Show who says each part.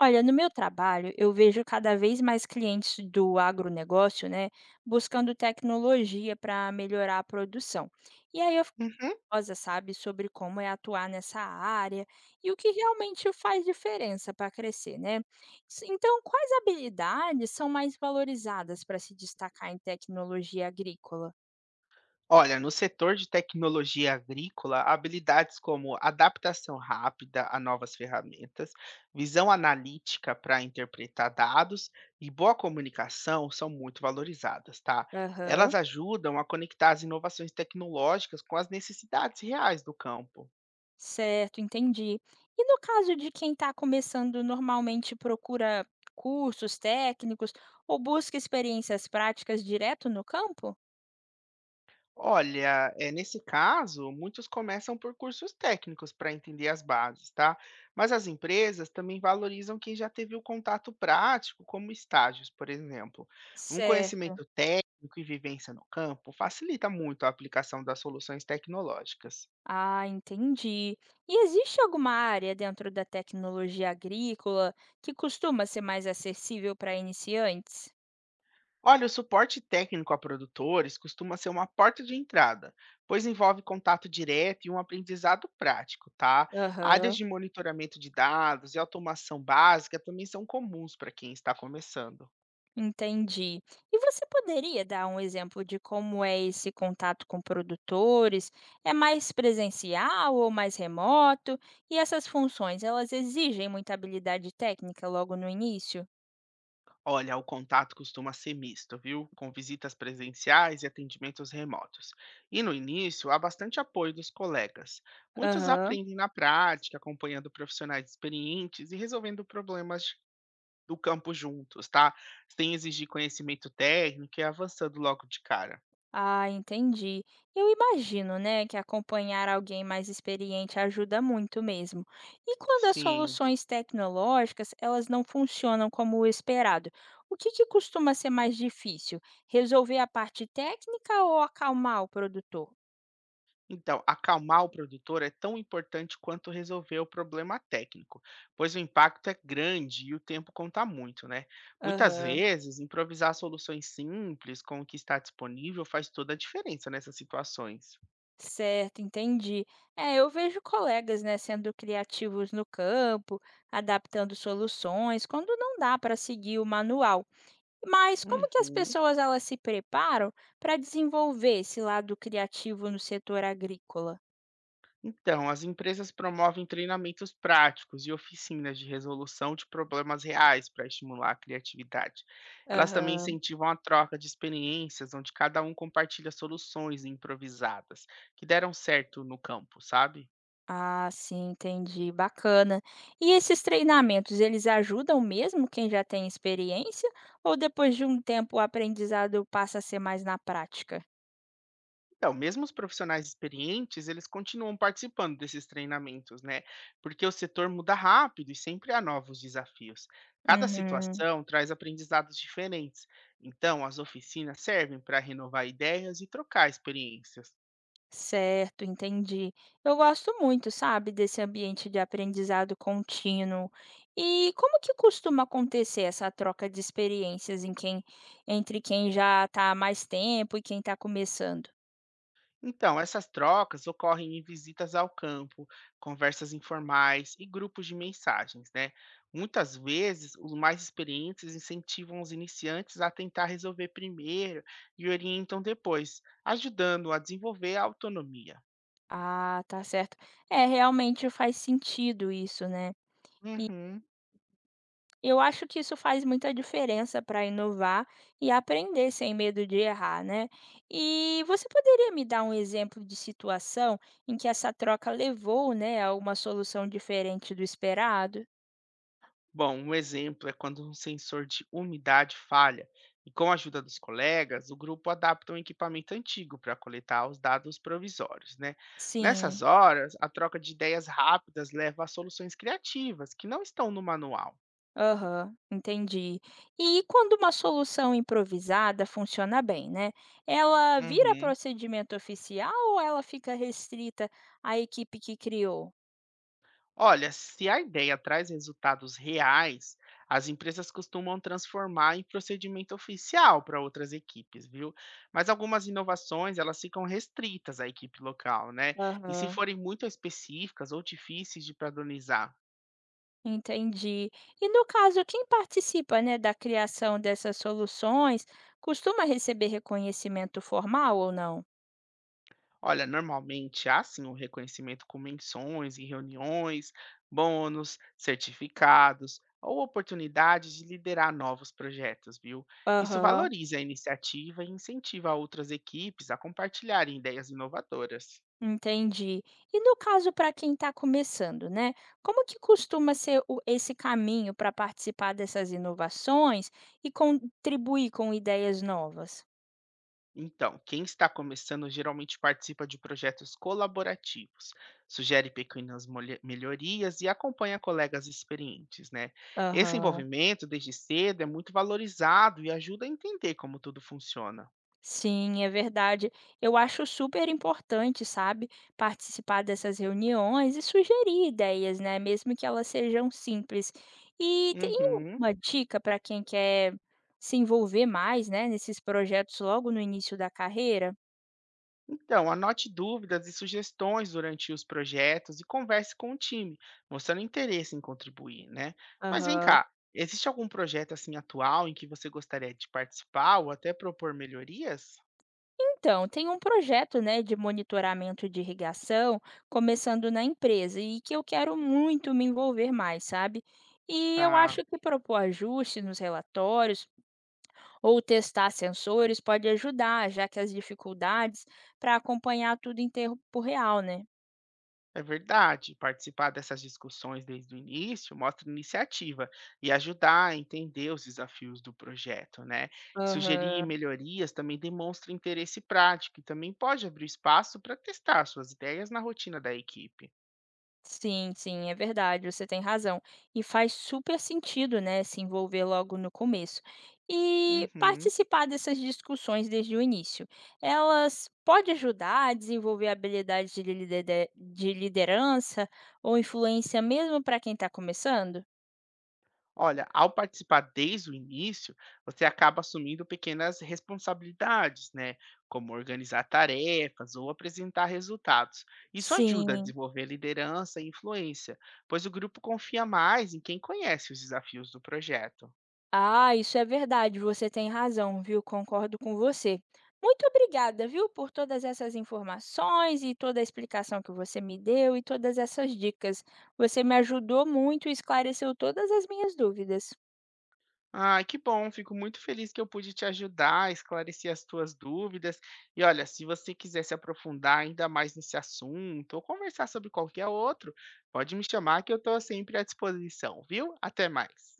Speaker 1: Olha, no meu trabalho, eu vejo cada vez mais clientes do agronegócio, né, buscando tecnologia para melhorar a produção. E aí eu fico
Speaker 2: Uhum.
Speaker 1: curiosa, sabe, sobre como é atuar nessa área e o que realmente faz diferença para crescer, né? Então, quais habilidades são mais valorizadas para se destacar em tecnologia agrícola?
Speaker 2: Olha, no setor de tecnologia agrícola, habilidades como adaptação rápida a novas ferramentas, visão analítica para interpretar dados e boa comunicação são muito valorizadas, tá? Elas
Speaker 1: Aham.
Speaker 2: ajudam a conectar as inovações tecnológicas com as necessidades reais do campo.
Speaker 1: Certo, entendi. E no caso de quem está começando, normalmente procura cursos técnicos ou busca experiências práticas direto no campo?
Speaker 2: Olha, é nesse caso, muitos começam por cursos técnicos para entender as bases, tá? Mas as empresas também valorizam quem já teve o contato prático, como estágios, por exemplo. Um
Speaker 1: Certo.
Speaker 2: conhecimento técnico e vivência no campo facilita muito a aplicação das soluções tecnológicas.
Speaker 1: Ah, entendi. E existe alguma área dentro da tecnologia agrícola que costuma ser mais acessível para iniciantes?
Speaker 2: Olha, o suporte técnico a produtores costuma ser uma porta de entrada, pois envolve contato direto e um aprendizado prático, tá? Áreas
Speaker 1: Aham.
Speaker 2: de monitoramento de dados e automação básica também são comuns para quem está começando.
Speaker 1: Entendi. E você poderia dar um exemplo de como é esse contato com produtores? É mais presencial ou mais remoto? E essas funções, elas exigem muita habilidade técnica logo no início?
Speaker 2: Olha, o contato costuma ser misto, viu? Com visitas presenciais e atendimentos remotos. E no início, há bastante apoio dos colegas. Muitos
Speaker 1: Aham.
Speaker 2: aprendem na prática, acompanhando profissionais experientes e resolvendo problemas do campo juntos, tá? Sem exigir conhecimento técnico e avançando logo de cara.
Speaker 1: Ah, entendi. Eu imagino, né, que acompanhar alguém mais experiente ajuda muito mesmo. E quando as
Speaker 2: Sim.
Speaker 1: soluções tecnológicas, elas não funcionam como o esperado, o que que costuma ser mais difícil? Resolver a parte técnica ou acalmar o produtor?
Speaker 2: Então, acalmar o produtor é tão importante quanto resolver o problema técnico, pois o impacto é grande e o tempo conta muito, né? Muitas
Speaker 1: Aham,
Speaker 2: vezes, improvisar soluções simples com o que está disponível faz toda a diferença nessas situações.
Speaker 1: certo, entendi. É, eu vejo colegas, né, sendo criativos no campo, adaptando soluções, quando não dá para seguir o manual. Mas como que as
Speaker 2: Uhum.
Speaker 1: pessoas elas se preparam para desenvolver esse lado criativo no setor agrícola?
Speaker 2: Então, as empresas promovem treinamentos práticos e oficinas de resolução de problemas reais para estimular a criatividade. Elas também
Speaker 1: Aham.
Speaker 2: incentivam a troca de experiências, onde cada um compartilha soluções improvisadas que deram certo no campo, sabe?
Speaker 1: Ah, sim, entendi, bacana. E esses treinamentos, eles ajudam mesmo quem já tem experiência ou depois de um tempo o aprendizado passa a ser mais na prática?
Speaker 2: Então, mesmo os profissionais experientes, eles continuam participando desses treinamentos, né? Porque o setor muda rápido e sempre há novos desafios. Cada
Speaker 1: Uhum.
Speaker 2: situação traz aprendizados diferentes. Então, as oficinas servem para renovar ideias e trocar experiências.
Speaker 1: Certo, entendi. Eu gosto muito, sabe, desse ambiente de aprendizado contínuo. E como que costuma acontecer essa troca de experiências em quem, entre quem já está há mais tempo e quem está começando?
Speaker 2: Então, essas trocas ocorrem em visitas ao campo, conversas informais e grupos de mensagens, né? Muitas vezes, os mais experientes incentivam os iniciantes a tentar resolver primeiro e orientam depois, ajudando a desenvolver a autonomia.
Speaker 1: Ah, tá certo. É, realmente faz sentido isso, né?
Speaker 2: Uhum.
Speaker 1: Eu acho que isso faz muita diferença para inovar e aprender sem medo de errar, né? E você poderia me dar um exemplo de situação em que essa troca levou, né, a uma solução diferente do esperado?
Speaker 2: Bom, um exemplo é quando um sensor de umidade falha, e com a ajuda dos colegas, o grupo adapta um equipamento antigo para coletar os dados provisórios, né? Nessas
Speaker 1: Sim.
Speaker 2: horas, a troca de ideias rápidas leva a soluções criativas que não estão no manual.
Speaker 1: Aham, entendi. E quando uma solução improvisada funciona bem, né? Ela vira
Speaker 2: Uhum.
Speaker 1: procedimento oficial ou ela fica restrita à equipe que criou?
Speaker 2: Olha, se a ideia traz resultados reais, as empresas costumam transformar em procedimento oficial para outras equipes, viu? Mas algumas inovações, elas ficam restritas à equipe local, né? E se
Speaker 1: Aham.
Speaker 2: forem muito específicas ou difíceis de padronizar.
Speaker 1: Entendi. E no caso, quem participa, né, da criação dessas soluções costuma receber reconhecimento formal ou não?
Speaker 2: Olha, normalmente há sim o reconhecimento com menções em reuniões, bônus, certificados ou oportunidades de liderar novos projetos, viu? Isso
Speaker 1: Aham,
Speaker 2: valoriza a iniciativa e incentiva outras equipes a compartilharem ideias inovadoras.
Speaker 1: entendi. E no caso, para quem está começando, né? Como que costuma ser esse caminho para participar dessas inovações e contribuir com ideias novas?
Speaker 2: Então, quem está começando geralmente participa de projetos colaborativos, sugere pequenas melhorias e acompanha colegas experientes, né? Esse
Speaker 1: Aham.
Speaker 2: envolvimento desde cedo é muito valorizado e ajuda a entender como tudo funciona.
Speaker 1: Sim, é verdade. Eu acho super importante, sabe, participar dessas reuniões e sugerir ideias, né, mesmo que elas sejam simples. E tem
Speaker 2: Uhum.
Speaker 1: alguma dica para quem quer se envolver mais, né, nesses projetos logo no início da carreira?
Speaker 2: Então, anote dúvidas e sugestões durante os projetos e converse com o time, mostrando interesse em contribuir, né? Mas vem
Speaker 1: Aham.
Speaker 2: cá, existe algum projeto assim atual em que você gostaria de participar ou até propor melhorias?
Speaker 1: Então, tem um projeto, né, de monitoramento de irrigação começando na empresa e que eu quero muito me envolver mais, sabe? E eu
Speaker 2: Ah,
Speaker 1: acho que propor ajustes nos relatórios ou testar sensores pode ajudar, já que as dificuldades para acompanhar tudo em tempo real, né?
Speaker 2: é verdade, participar dessas discussões desde o início mostra iniciativa e ajudar a entender os desafios do projeto, né? Sugerir
Speaker 1: Aham.
Speaker 2: melhorias também demonstra interesse prático e também pode abrir espaço para testar suas ideias na rotina da equipe.
Speaker 1: Sim, sim, é verdade, você tem razão. E faz super sentido, né, se envolver logo no começo. E
Speaker 2: Uhum.
Speaker 1: participar dessas discussões desde o início. Elas podem ajudar a desenvolver habilidades de de liderança ou influência mesmo para quem está começando?
Speaker 2: Olha, ao participar desde o início, você acaba assumindo pequenas responsabilidades, né? Como organizar tarefas ou apresentar resultados. Isso ajuda a
Speaker 1: Sim.
Speaker 2: desenvolver liderança e influência, pois o grupo confia mais em quem conhece os desafios do projeto.
Speaker 1: Ah, isso é verdade, você tem razão, viu? Concordo com você. Muito obrigada, viu, por todas essas informações e toda a explicação que você me deu e todas essas dicas. Você me ajudou muito e esclareceu todas as minhas dúvidas.
Speaker 2: Ai, que bom, fico muito feliz que eu pude te ajudar, a esclarecer as tuas dúvidas. E olha, se você quiser se aprofundar ainda mais nesse assunto ou conversar sobre qualquer outro, pode me chamar que eu estou sempre à disposição, viu? Até mais.